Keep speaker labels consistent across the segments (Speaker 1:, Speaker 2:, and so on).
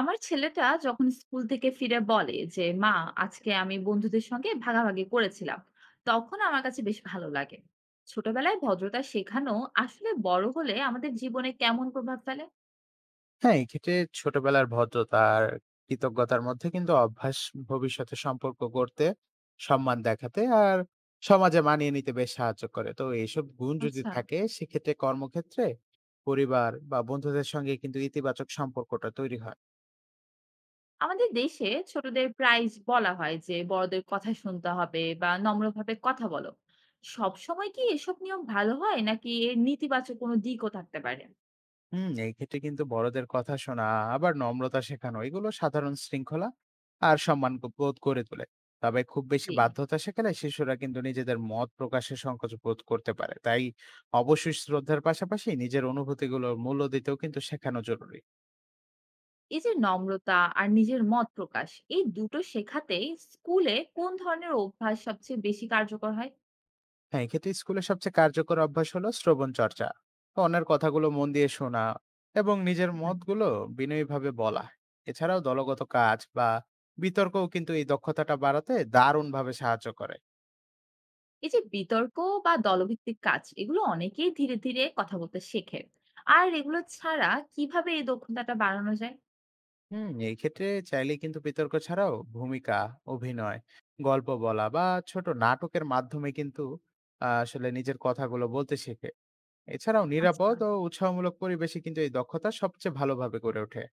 Speaker 1: আমার ছেলেটা যখন স্কুল থেকে ফিরে বলে যে মা আজকে আমি বন্ধুদের সঙ্গে ভাগাভাগি করেছিলাম, তখন আমার কাছে বেশ ভালো লাগে। ছোটবেলায় ভদ্রতা শেখানো আসলে বড় হলে আমাদের জীবনে কেমন প্রভাব ফেলে?
Speaker 2: হ্যাঁ, এক্ষেত্রে ছোটবেলার ভদ্রতা আর কৃতজ্ঞতার মধ্যে কিন্তু অভ্যাস ভবিষ্যতে সম্পর্ক গড়তে, সম্মান দেখাতে আর সমাজে মানিয়ে নিতে বেশ সাহায্য করে। তো এইসব গুণ যদি
Speaker 1: আচ্ছা,
Speaker 2: থাকে সেক্ষেত্রে কর্মক্ষেত্রে, পরিবার বা বন্ধুদের সঙ্গে কিন্তু ইতিবাচক সম্পর্কটা তৈরি হয়।
Speaker 1: আমাদের দেশে ছোটদের প্রায় বলা হয় যে বড়দের কথা শুনতে হবে বা নম্রভাবে কথা বলো। সব সময় কি এসব নিয়ম ভালো হয় নাকি এর নেতিবাচক কোনো দিকও থাকতে পারে?
Speaker 2: হুম, এই ক্ষেত্রে কিন্তু বড়দের কথা শোনা আবার নম্রতা শেখানো এগুলো সাধারণ শৃঙ্খলা আর সম্মান বোধ করে তোলে। তবে খুব বেশি
Speaker 1: জি।
Speaker 2: বাধ্যতা শেখালে শিশুরা কিন্তু নিজেদের মত প্রকাশে সংকোচ বোধ করতে পারে, তাই অবশ্যই শ্রদ্ধার পাশাপাশি নিজের অনুভূতিগুলোর মূল্য দিতেও কিন্তু শেখানো জরুরি।
Speaker 1: এই যে নম্রতা আর নিজের মত প্রকাশ, এই দুটো শেখাতে স্কুলে কোন ধরনের অভ্যাস সবচেয়ে বেশি কার্যকর হয়?
Speaker 2: হ্যাঁ, এক্ষেত্রে স্কুলের সবচেয়ে কার্যকর অভ্যাস হলো শ্রবণ চর্চা, অন্যের কথাগুলো মন দিয়ে শোনা এবং নিজের
Speaker 1: হুম,
Speaker 2: মতগুলো বিনয়ীভাবে বলা। এছাড়াও দলগত কাজ বা বিতর্কও কিন্তু এই দক্ষতাটা বাড়াতে দারুণভাবে সাহায্য করে।
Speaker 1: এই যে বিতর্ক বা দলভিত্তিক কাজ, এগুলো অনেকেই ধীরে ধীরে কথা বলতে শেখে। আর এগুলো ছাড়া কিভাবে এই দক্ষতাটা বাড়ানো যায়?
Speaker 2: হুম, এই ক্ষেত্রে চাইলে কিন্তু বিতর্ক ছাড়াও ভূমিকা অভিনয়, গল্প বলা বা ছোট নাটকের মাধ্যমে কিন্তু আসলে নিজের কথাগুলো বলতে শেখে। এছাড়াও
Speaker 1: আচ্ছা,
Speaker 2: নিরাপদ ও উৎসাহমূলক পরিবেশে কিন্তু এই দক্ষতা সবচেয়ে ভালোভাবে গড়ে ওঠে।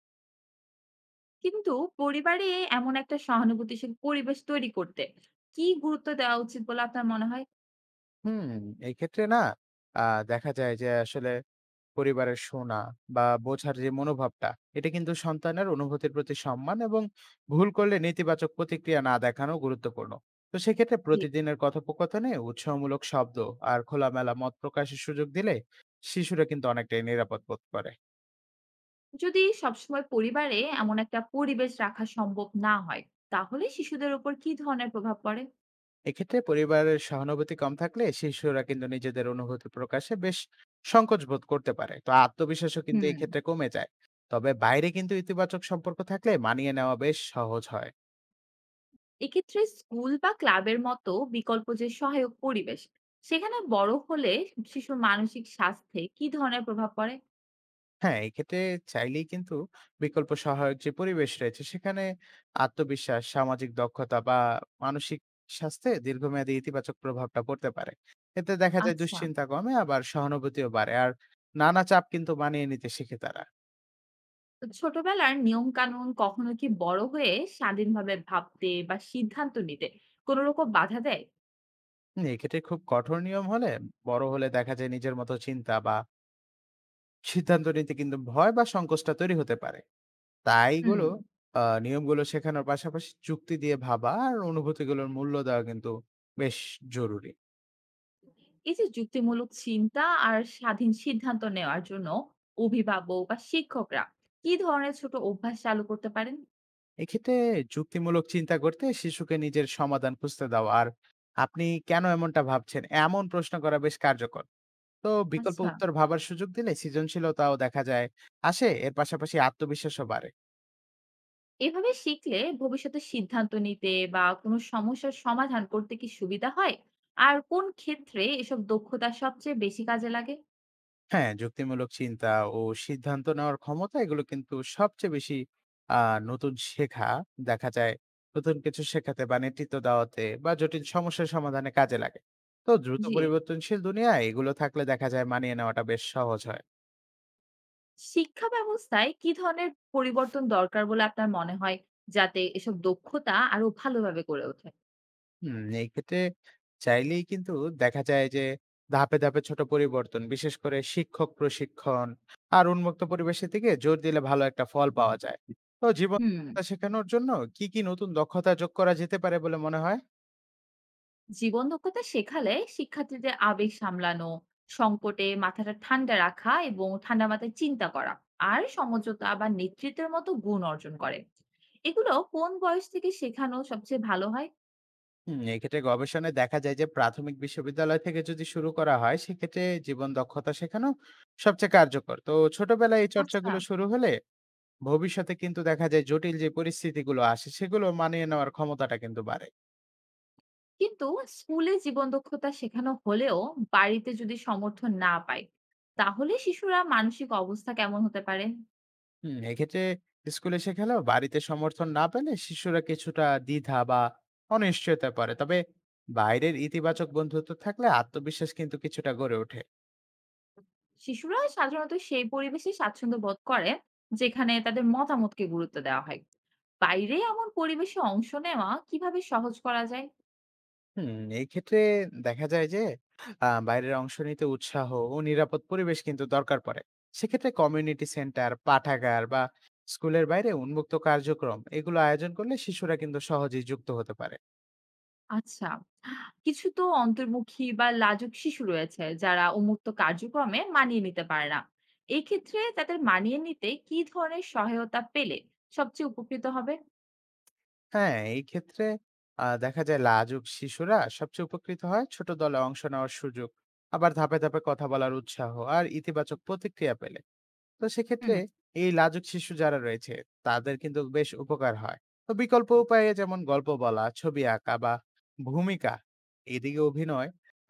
Speaker 1: কিন্তু পরিবারে এমন একটা সহানুভূতিশীল পরিবেশ তৈরি করতে কি গুরুত্ব দেওয়া উচিত বলে আপনার মনে হয়?
Speaker 2: হুম, এই ক্ষেত্রে না দেখা যায় যে আসলে পরিবারের শোনা বা বোঝার যে মনোভাবটা, এটা কিন্তু সন্তানের অনুভূতির প্রতি সম্মান এবং ভুল করলে নেতিবাচক প্রতিক্রিয়া না দেখানো গুরুত্বপূর্ণ। তো সেক্ষেত্রে
Speaker 1: জি।
Speaker 2: প্রতিদিনের কথোপকথনে উৎসাহমূলক শব্দ আর খোলামেলা মত প্রকাশের সুযোগ দিলে শিশুরা কিন্তু অনেকটাই নিরাপদ বোধ করে।
Speaker 1: যদি সবসময় পরিবারে এমন একটা পরিবেশ রাখা সম্ভব না হয়, তাহলে শিশুদের উপর কি ধরনের প্রভাব পড়ে?
Speaker 2: এক্ষেত্রে পরিবারের সহানুভূতি কম থাকলে শিশুরা কিন্তু নিজেদের অনুভূতি প্রকাশে বেশ সংকোচ বোধ করতে পারে, তো আত্মবিশ্বাসও কিন্তু এই
Speaker 1: হুম।
Speaker 2: ক্ষেত্রে কমে যায়। তবে বাইরে কিন্তু ইতিবাচক সম্পর্ক থাকলে মানিয়ে নেওয়া বেশ সহজ হয়।
Speaker 1: এক্ষেত্রে স্কুল বা ক্লাবের মতো বিকল্প যে সহায়ক পরিবেশ, সেখানে বড় হলে শিশুর মানসিক স্বাস্থ্যে কি ধরনের প্রভাব পড়ে?
Speaker 2: হ্যাঁ, এক্ষেত্রে চাইলেই কিন্তু বিকল্প সহায়ক যে পরিবেশ রয়েছে সেখানে আত্মবিশ্বাস, সামাজিক দক্ষতা বা মানসিক স্বাস্থ্যে দীর্ঘমেয়াদী ইতিবাচক প্রভাবটা পড়তে পারে। এতে দেখা যায়
Speaker 1: আচ্ছা।
Speaker 2: দুশ্চিন্তা কমে, আবার সহানুভূতিও বাড়ে। আর নানা চাপ কিন্তু মানিয়ে নিতে শিখে তারা।
Speaker 1: তো ছোটবেলার নিয়ম কানুন কখনো কি বড় হয়ে স্বাধীনভাবে ভাবতে বা সিদ্ধান্ত নিতে কোনো রকম বাধা দেয়?
Speaker 2: হুম, এক্ষেত্রে খুব কঠোর নিয়ম হলে বড় হলে দেখা যায় নিজের মতো চিন্তা বা সিদ্ধান্ত নিতে কিন্তু ভয় বা সংকোচটা তৈরি হতে পারে। তাই
Speaker 1: হুম।
Speaker 2: এগুলো নিয়মগুলো শেখানোর পাশাপাশি যুক্তি দিয়ে ভাবা আর অনুভূতিগুলোর মূল্য দেওয়া কিন্তু বেশ জরুরি।
Speaker 1: এই যে যুক্তিমূলক চিন্তা আর স্বাধীন সিদ্ধান্ত নেওয়ার জন্য অভিভাবক বা শিক্ষকরা কি ধরনের ছোট অভ্যাস চালু করতে পারেন?
Speaker 2: এক্ষেত্রে যুক্তিমূলক চিন্তা করতে শিশুকে নিজের সমাধান খুঁজতে দাও, আর আপনি কেন এমনটা ভাবছেন এমন প্রশ্ন করা বেশ কার্যকর। তো বিকল্প
Speaker 1: আচ্ছা।
Speaker 2: উত্তর ভাবার সুযোগ দিলে সৃজনশীলতাও দেখা যায় আসে, এর পাশাপাশি আত্মবিশ্বাসও বাড়ে।
Speaker 1: এভাবে শিখলে ভবিষ্যতে সিদ্ধান্ত নিতে বা কোনো সমস্যার সমাধান করতে কি সুবিধা হয়? আর কোন ক্ষেত্রে এসব দক্ষতা সবচেয়ে বেশি কাজে লাগে?
Speaker 2: হ্যাঁ, যুক্তিমূলক চিন্তা ও সিদ্ধান্ত নেওয়ার ক্ষমতা এগুলো কিন্তু সবচেয়ে বেশি নতুন শেখা, দেখা যায় নতুন কিছু শেখাতে বা নেতৃত্ব দেওয়াতে বা জটিল সমস্যার সমাধানে কাজে লাগে। তো দ্রুত
Speaker 1: জি।
Speaker 2: পরিবর্তনশীল দুনিয়ায় এগুলো থাকলে দেখা যায় মানিয়ে নেওয়াটা বেশ সহজ হয়।
Speaker 1: শিক্ষা ব্যবস্থায় কি ধরনের পরিবর্তন দরকার বলে আপনার মনে হয় যাতে এসব দক্ষতা আরো ভালোভাবে গড়ে ওঠে?
Speaker 2: হুম, এক্ষেত্রে চাইলেই কিন্তু দেখা যায় যে ধাপে ধাপে ছোট পরিবর্তন, বিশেষ করে শিক্ষক প্রশিক্ষণ আর উন্মুক্ত পরিবেশের দিকে জোর দিলে ভালো একটা ফল পাওয়া যায়। তো জীবন
Speaker 1: হুম।
Speaker 2: দক্ষতা শেখানোর জন্য কি কি নতুন দক্ষতা যোগ করা যেতে পারে বলে মনে হয়?
Speaker 1: জীবন দক্ষতা শেখালে শিক্ষার্থীদের আবেগ সামলানো, সংকটে মাথাটা ঠান্ডা রাখা এবং ঠান্ডা মাথায় চিন্তা করা আর সমঝোতা বা নেতৃত্বের মতো গুণ অর্জন করে। এগুলো কোন বয়স থেকে শেখানো সবচেয়ে ভালো হয়?
Speaker 2: হুম, এক্ষেত্রে গবেষণায় দেখা যায় যে প্রাথমিক বিশ্ববিদ্যালয় থেকে যদি শুরু করা হয় সেক্ষেত্রে জীবন দক্ষতা শেখানো সবচেয়ে কার্যকর। তো ছোটবেলায় এই
Speaker 1: আচ্ছা।
Speaker 2: চর্চাগুলো শুরু হলে ভবিষ্যতে কিন্তু দেখা যায় জটিল যে পরিস্থিতিগুলো আসে সেগুলো মানিয়ে নেওয়ার ক্ষমতাটা কিন্তু বাড়ে।
Speaker 1: কিন্তু স্কুলে জীবন দক্ষতা শেখানো হলেও বাড়িতে যদি সমর্থন না পায়, তাহলে শিশুরা মানসিক অবস্থা কেমন হতে পারে?
Speaker 2: হুম, এক্ষেত্রে স্কুলে শেখালেও বাড়িতে সমর্থন না পেলে শিশুরা কিছুটা দ্বিধা বা অনিশ্চয়তা পড়ে, তবে বাইরের ইতিবাচক বন্ধুত্ব থাকলে আত্মবিশ্বাস কিন্তু কিছুটা গড়ে ওঠে।
Speaker 1: শিশুরা সাধারণত সেই পরিবেশে স্বাচ্ছন্দ্য বোধ করে যেখানে তাদের মতামতকে গুরুত্ব দেওয়া হয়। বাইরে এমন পরিবেশে অংশ নেওয়া কিভাবে সহজ করা যায়?
Speaker 2: হুম, এই ক্ষেত্রে দেখা যায় যে বাইরের অংশ নিতে উৎসাহ ও নিরাপদ পরিবেশ কিন্তু দরকার পড়ে। সেক্ষেত্রে কমিউনিটি সেন্টার, পাঠাগার বা স্কুলের বাইরে উন্মুক্ত কার্যক্রম এগুলো আয়োজন করলে শিশুরা কিন্তু সহজেই যুক্ত হতে পারে।
Speaker 1: আচ্ছা, কিছু তো অন্তর্মুখী বা লাজুক শিশু রয়েছে যারা উন্মুক্ত কার্যক্রমে মানিয়ে নিতে পারে না। এই ক্ষেত্রে তাদের মানিয়ে নিতে কি ধরনের সহায়তা পেলে সবচেয়ে উপকৃত হবে?
Speaker 2: হ্যাঁ, এই ক্ষেত্রে দেখা যায় লাজুক শিশুরা সবচেয়ে উপকৃত হয় ছোট দলে অংশ নেওয়ার সুযোগ, আবার ধাপে ধাপে কথা বলার উৎসাহ আর ইতিবাচক প্রতিক্রিয়া পেলে। তো সেক্ষেত্রে
Speaker 1: হুম,
Speaker 2: এই লাজুক শিশু যারা রয়েছে তাদের কিন্তু বেশ উপকার হয়। তো বিকল্প উপায়ে যেমন গল্প বলা, ছবি আঁকা বা ভূমিকা এদিকে অভিনয়,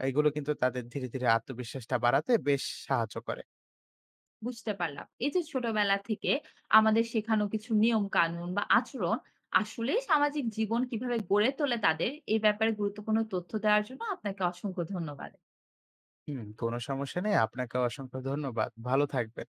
Speaker 2: এগুলো কিন্তু তাদের ধীরে, ধীরে আত্মবিশ্বাসটা বাড়াতে বেশ সাহায্য করে।
Speaker 1: বুঝতে পারলাম। এই যে ছোটবেলা থেকে আমাদের শেখানো কিছু নিয়ম কানুন বা আচরণ আসলে সামাজিক জীবন কিভাবে গড়ে তোলে তাদের, এই ব্যাপারে গুরুত্বপূর্ণ তথ্য দেওয়ার জন্য আপনাকে অসংখ্য ধন্যবাদ।
Speaker 2: হুম, কোনো সমস্যা নেই। আপনাকেও অসংখ্য ধন্যবাদ। ভালো থাকবেন।